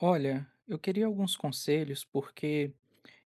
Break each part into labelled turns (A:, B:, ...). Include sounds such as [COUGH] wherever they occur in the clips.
A: Olha, eu queria alguns conselhos porque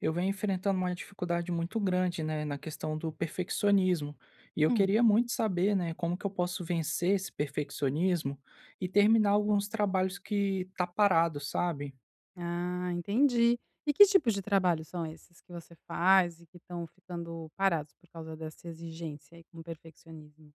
A: eu venho enfrentando uma dificuldade muito grande, né, na questão do perfeccionismo. E eu
B: Hum.
A: queria muito saber, né, como que eu posso vencer esse perfeccionismo e terminar alguns trabalhos que tá parado, sabe?
B: Ah, entendi. E que tipo de trabalho são esses que você faz e que estão ficando parados por causa dessa exigência aí com o perfeccionismo?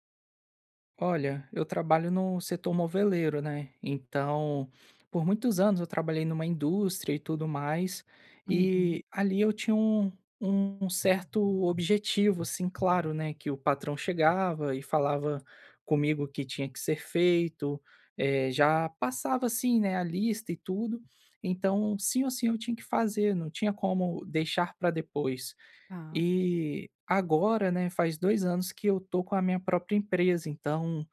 A: Olha, eu trabalho no setor moveleiro, né? Então, por muitos anos eu trabalhei numa indústria e tudo mais, e
B: Uhum.
A: ali eu tinha um certo objetivo, assim, claro, né? Que o patrão chegava e falava comigo o que tinha que ser feito, já passava, assim, né, a lista e tudo. Então, sim ou sim eu tinha que fazer, não tinha como deixar para depois.
B: Tá.
A: E agora, né, faz 2 anos que eu tô com a minha própria empresa, então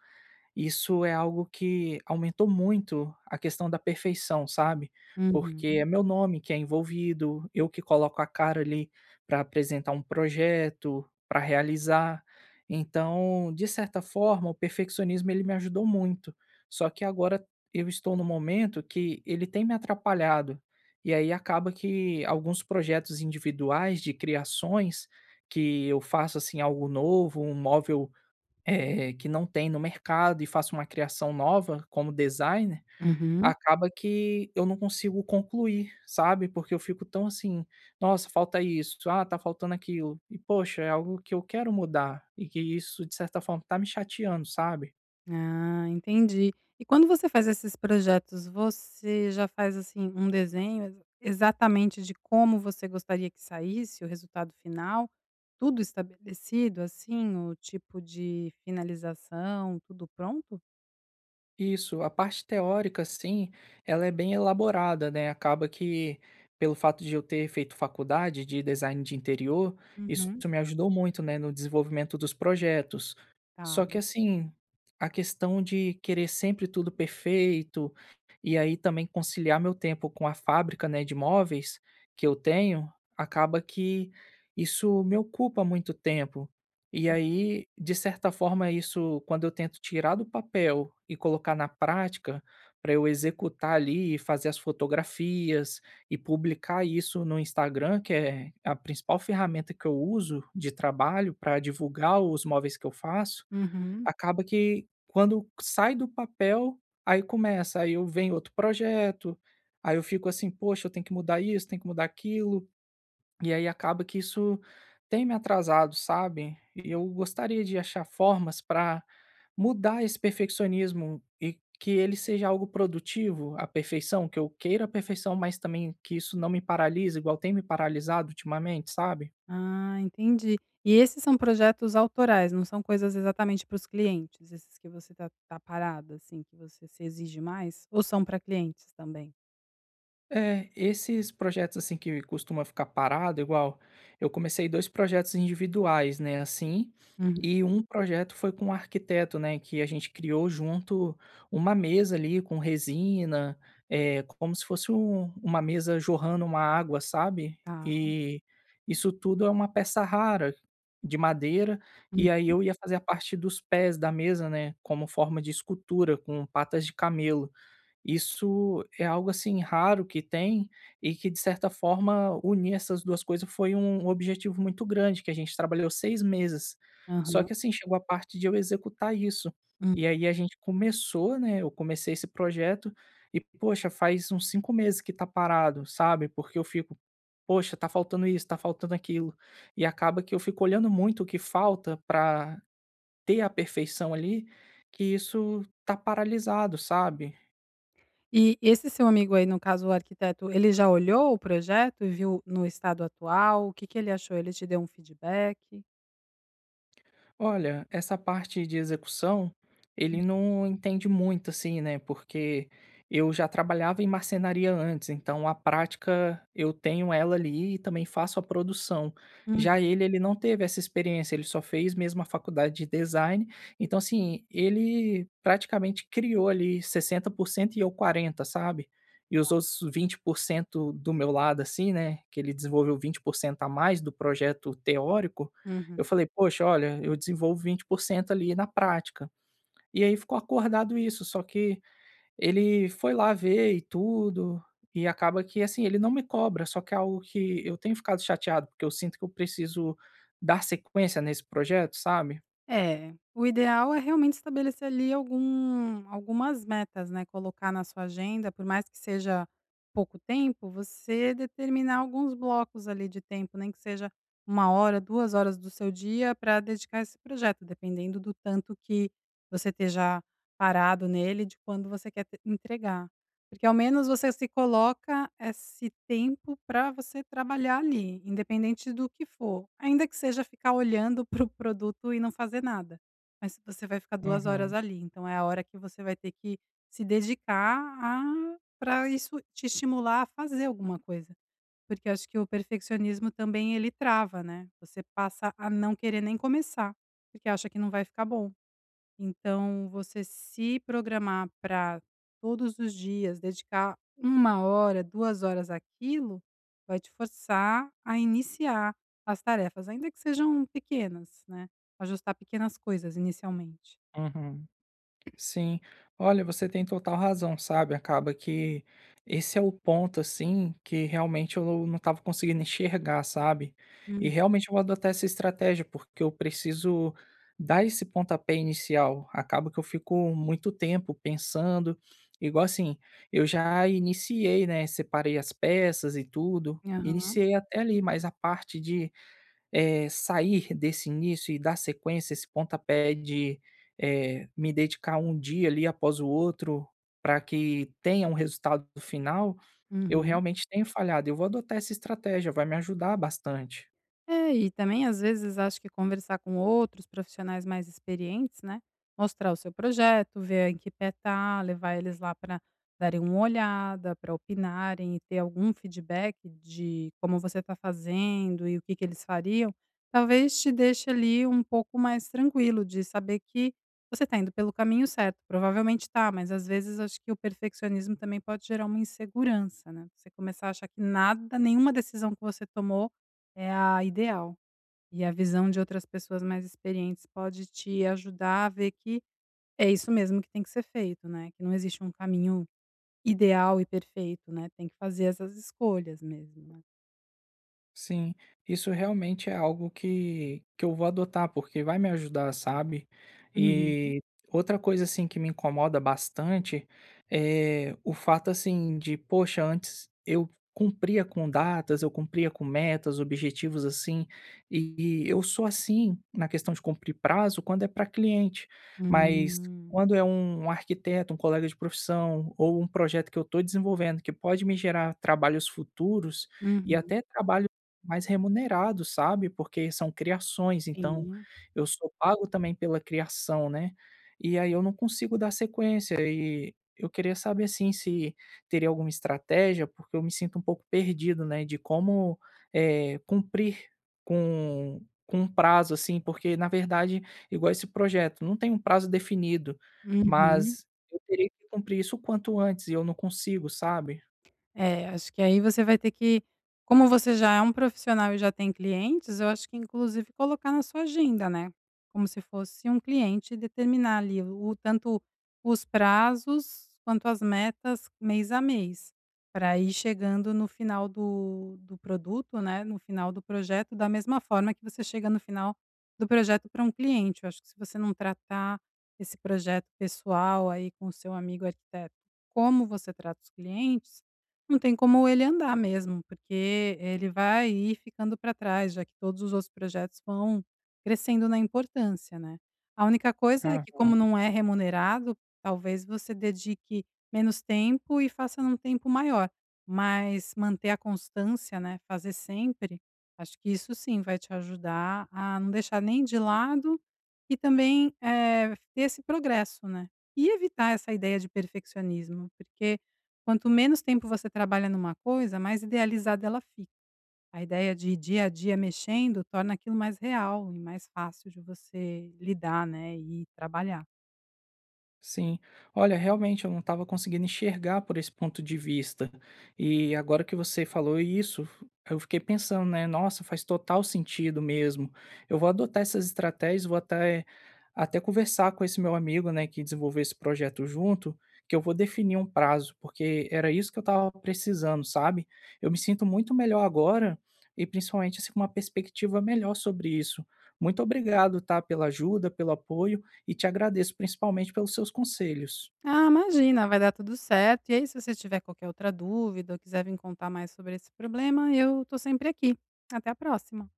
A: isso é algo que aumentou muito a questão da perfeição, sabe, porque
B: Uhum.
A: é meu nome que é envolvido, eu que coloco a cara ali para apresentar um projeto, para realizar. Então, de certa forma, o perfeccionismo ele me ajudou muito, só que agora eu estou no momento que ele tem me atrapalhado, e aí acaba que alguns projetos individuais de criações que eu faço, assim, algo novo, um móvel que não tem no mercado e faço uma criação nova como designer,
B: Uhum.
A: acaba que eu não consigo concluir, sabe, porque eu fico tão assim: "Nossa, falta isso. Ah, tá faltando aquilo". E, poxa, é algo que eu quero mudar e que isso, de certa forma, tá me chateando, sabe?
B: Ah, entendi. E quando você faz esses projetos, você já faz, assim, um desenho ex exatamente de como você gostaria que saísse o resultado final? Tudo estabelecido, assim, o tipo de finalização, tudo pronto?
A: Isso, a parte teórica, sim, ela é bem elaborada, né? Acaba que, pelo fato de eu ter feito faculdade de design de interior, isso
B: Uhum.
A: me ajudou muito, né, no desenvolvimento dos projetos. Só que,
B: Tá.
A: assim, a questão de querer sempre tudo perfeito, e aí também conciliar meu tempo com a fábrica, né, de móveis que eu tenho, acaba que isso me ocupa muito tempo. E aí, de certa forma, isso quando eu tento tirar do papel e colocar na prática, para eu executar ali e fazer as fotografias e publicar isso no Instagram, que é a principal ferramenta que eu uso de trabalho para divulgar os móveis que eu faço,
B: Uhum.
A: acaba que quando sai do papel, aí começa, aí eu venho outro projeto, aí eu fico assim: "Poxa, eu tenho que mudar isso, tenho que mudar aquilo". E aí acaba que isso tem me atrasado, sabe? E eu gostaria de achar formas para mudar esse perfeccionismo e que ele seja algo produtivo, a perfeição, que eu queira a perfeição, mas também que isso não me paralise, igual tem me paralisado ultimamente, sabe?
B: Ah, entendi. E esses são projetos autorais, não são coisas exatamente para os clientes, esses que você tá parada, assim, que você se exige mais? Ou são para clientes também?
A: É, esses projetos assim que costuma ficar parado, igual eu comecei 2 projetos individuais, né, assim,
B: Uhum,
A: e um projeto foi com um arquiteto, né, que a gente criou junto uma mesa ali com resina, é como se fosse uma mesa jorrando uma água, sabe.
B: tá.
A: E isso tudo é uma peça rara de madeira, e aí
B: Uhum,
A: eu ia fazer a parte dos pés da mesa, né, como forma de escultura com patas de camelo. Isso é algo, assim, raro que tem e que, de certa forma, unir essas 2 coisas foi um objetivo muito grande, que a gente trabalhou 6 meses. Só
B: aham,
A: que, assim, chegou a parte de eu executar isso.
B: hum.
A: E aí a gente começou, né, eu comecei esse projeto e, poxa, faz uns 5 meses que tá parado, sabe, porque eu fico: "Poxa, tá faltando isso, tá faltando aquilo". E acaba que eu fico olhando muito o que falta para ter a perfeição ali, que isso tá paralisado, sabe.
B: E esse seu amigo aí, no caso o arquiteto, ele já olhou o projeto e viu no estado atual? O que que ele achou? Ele te deu um feedback?
A: Olha, essa parte de execução, ele não entende muito assim, né? Porque eu já trabalhava em marcenaria antes, então a prática eu tenho ela ali e também faço a produção.
B: Hum,
A: Já ele, ele não teve essa experiência, ele só fez mesmo a faculdade de design. Então, assim, ele praticamente criou ali 60% e eu 40%, sabe? E os outros 20% do meu lado, assim, né? Que ele desenvolveu 20% a mais do projeto teórico
B: uhum.
A: eu falei: "Poxa, olha, eu desenvolvo 20% ali na prática". E aí ficou acordado isso, só que ele foi lá ver e tudo, e acaba que, assim, ele não me cobra, só que é algo que eu tenho ficado chateado, porque eu sinto que eu preciso dar sequência nesse projeto, sabe?
B: É, o ideal é realmente estabelecer ali algumas metas, né, colocar na sua agenda, por mais que seja pouco tempo, você determinar alguns blocos ali de tempo, nem que seja uma hora, 2 horas do seu dia para dedicar a esse projeto, dependendo do tanto que você esteja parado nele, de quando você quer te entregar. Porque ao menos você se coloca esse tempo para você trabalhar ali, independente do que for. Ainda que seja ficar olhando [LAUGHS] para o produto e não fazer nada, mas se você vai ficar duas horas
A: Uhum,
B: ali, então é a hora que você vai ter que se dedicar a para isso te estimular a fazer alguma coisa. Porque eu acho que o perfeccionismo também ele trava, né, você passa a não querer nem começar, porque acha que não vai ficar bom. Então, você se programar para todos os dias dedicar uma hora, 2 horas àquilo, vai te forçar a iniciar as tarefas, ainda que sejam pequenas, né, ajustar pequenas coisas inicialmente.
A: uhum. Sim, olha, você tem total razão, sabe? Acaba que esse é o ponto, assim, que realmente eu não estava conseguindo enxergar, sabe? E
B: Hum.
A: realmente eu vou adotar essa estratégia, porque eu preciso dar esse pontapé inicial. Acaba que eu fico muito tempo pensando, igual assim, eu já iniciei, né? Separei as peças e tudo,
B: Aham.
A: iniciei até ali, mas a parte de sair desse início e dar sequência, esse pontapé de, me dedicar um dia ali após o outro, para que tenha um resultado final, eu
B: Uhum.
A: realmente tenho falhado. Eu vou adotar essa estratégia, vai me ajudar bastante.
B: É, e também às vezes acho que conversar com outros profissionais mais experientes, né, mostrar o seu projeto, ver em que pé tá, levar eles lá para darem uma olhada, para opinarem e ter algum feedback de como você está fazendo e o que que eles fariam, talvez te deixe ali um pouco mais tranquilo de saber que você está indo pelo caminho certo. Provavelmente tá, mas às vezes acho que o perfeccionismo também pode gerar uma insegurança, né, você começar a achar que nada, nenhuma decisão que você tomou é a ideal. E a visão de outras pessoas mais experientes pode te ajudar a ver que é isso mesmo que tem que ser feito, né, que não existe um caminho ideal e perfeito, né, tem que fazer essas escolhas mesmo, né.
A: Sim, isso realmente é algo que eu vou adotar, porque vai me ajudar, sabe?
B: Uhum.
A: E outra coisa, assim, que me incomoda bastante é o fato, assim, de, poxa, antes eu cumpria com datas, eu cumpria com metas, objetivos, assim, e eu sou assim na questão de cumprir prazo quando é para cliente, mas
B: Hum.
A: quando é um arquiteto, um colega de profissão ou um projeto que eu estou desenvolvendo que pode me gerar trabalhos futuros e
B: Uhum,
A: até trabalhos mais remunerado, sabe, porque são criações, então
B: sim.
A: eu sou pago também pela criação, né, e aí eu não consigo dar sequência e eu queria saber, assim, se teria alguma estratégia, porque eu me sinto um pouco perdido, né, de como, cumprir com com um prazo, assim, porque na verdade, igual esse projeto, não tem um prazo definido,
B: Uhum.
A: mas eu teria que cumprir isso o quanto antes e eu não consigo, sabe?
B: É, acho que aí você vai ter que como você já é um profissional e já tem clientes, eu acho que inclusive colocar na sua agenda, né, como se fosse um cliente e determinar ali o tanto os prazos quanto as metas mês a mês, para ir chegando no final do produto, né, no final do projeto, da mesma forma que você chega no final do projeto para um cliente. Eu acho que se você não tratar esse projeto pessoal aí com o seu amigo arquiteto, como você trata os clientes não tem como ele andar mesmo, porque ele vai ir ficando para trás, já que todos os outros projetos vão crescendo na importância, né. A única coisa é que como não é remunerado, talvez você dedique menos tempo e faça num tempo maior, mas manter a constância, né, fazer sempre, acho que isso sim vai te ajudar a não deixar nem de lado e também, ter esse progresso, né. E evitar essa ideia de perfeccionismo, porque quanto menos tempo você trabalha numa coisa, mais idealizada ela fica. A ideia de dia a dia mexendo torna aquilo mais real e mais fácil de você lidar, né, e trabalhar.
A: Sim. Olha, realmente eu não estava conseguindo enxergar por esse ponto de vista. E agora que você falou isso, eu fiquei pensando, né? Nossa, faz total sentido mesmo. Eu vou adotar essas estratégias, vou até conversar com esse meu amigo, né, que desenvolveu esse projeto junto, que eu vou definir um prazo, porque era isso que eu estava precisando, sabe? Eu me sinto muito melhor agora e principalmente assim, com uma perspectiva melhor sobre isso. Muito obrigado, tá, pela ajuda, pelo apoio e te agradeço principalmente pelos seus conselhos.
B: Ah, imagina, vai dar tudo certo. E aí, se você tiver qualquer outra dúvida ou quiser vim contar mais sobre esse problema, eu tô sempre aqui. Até a próxima.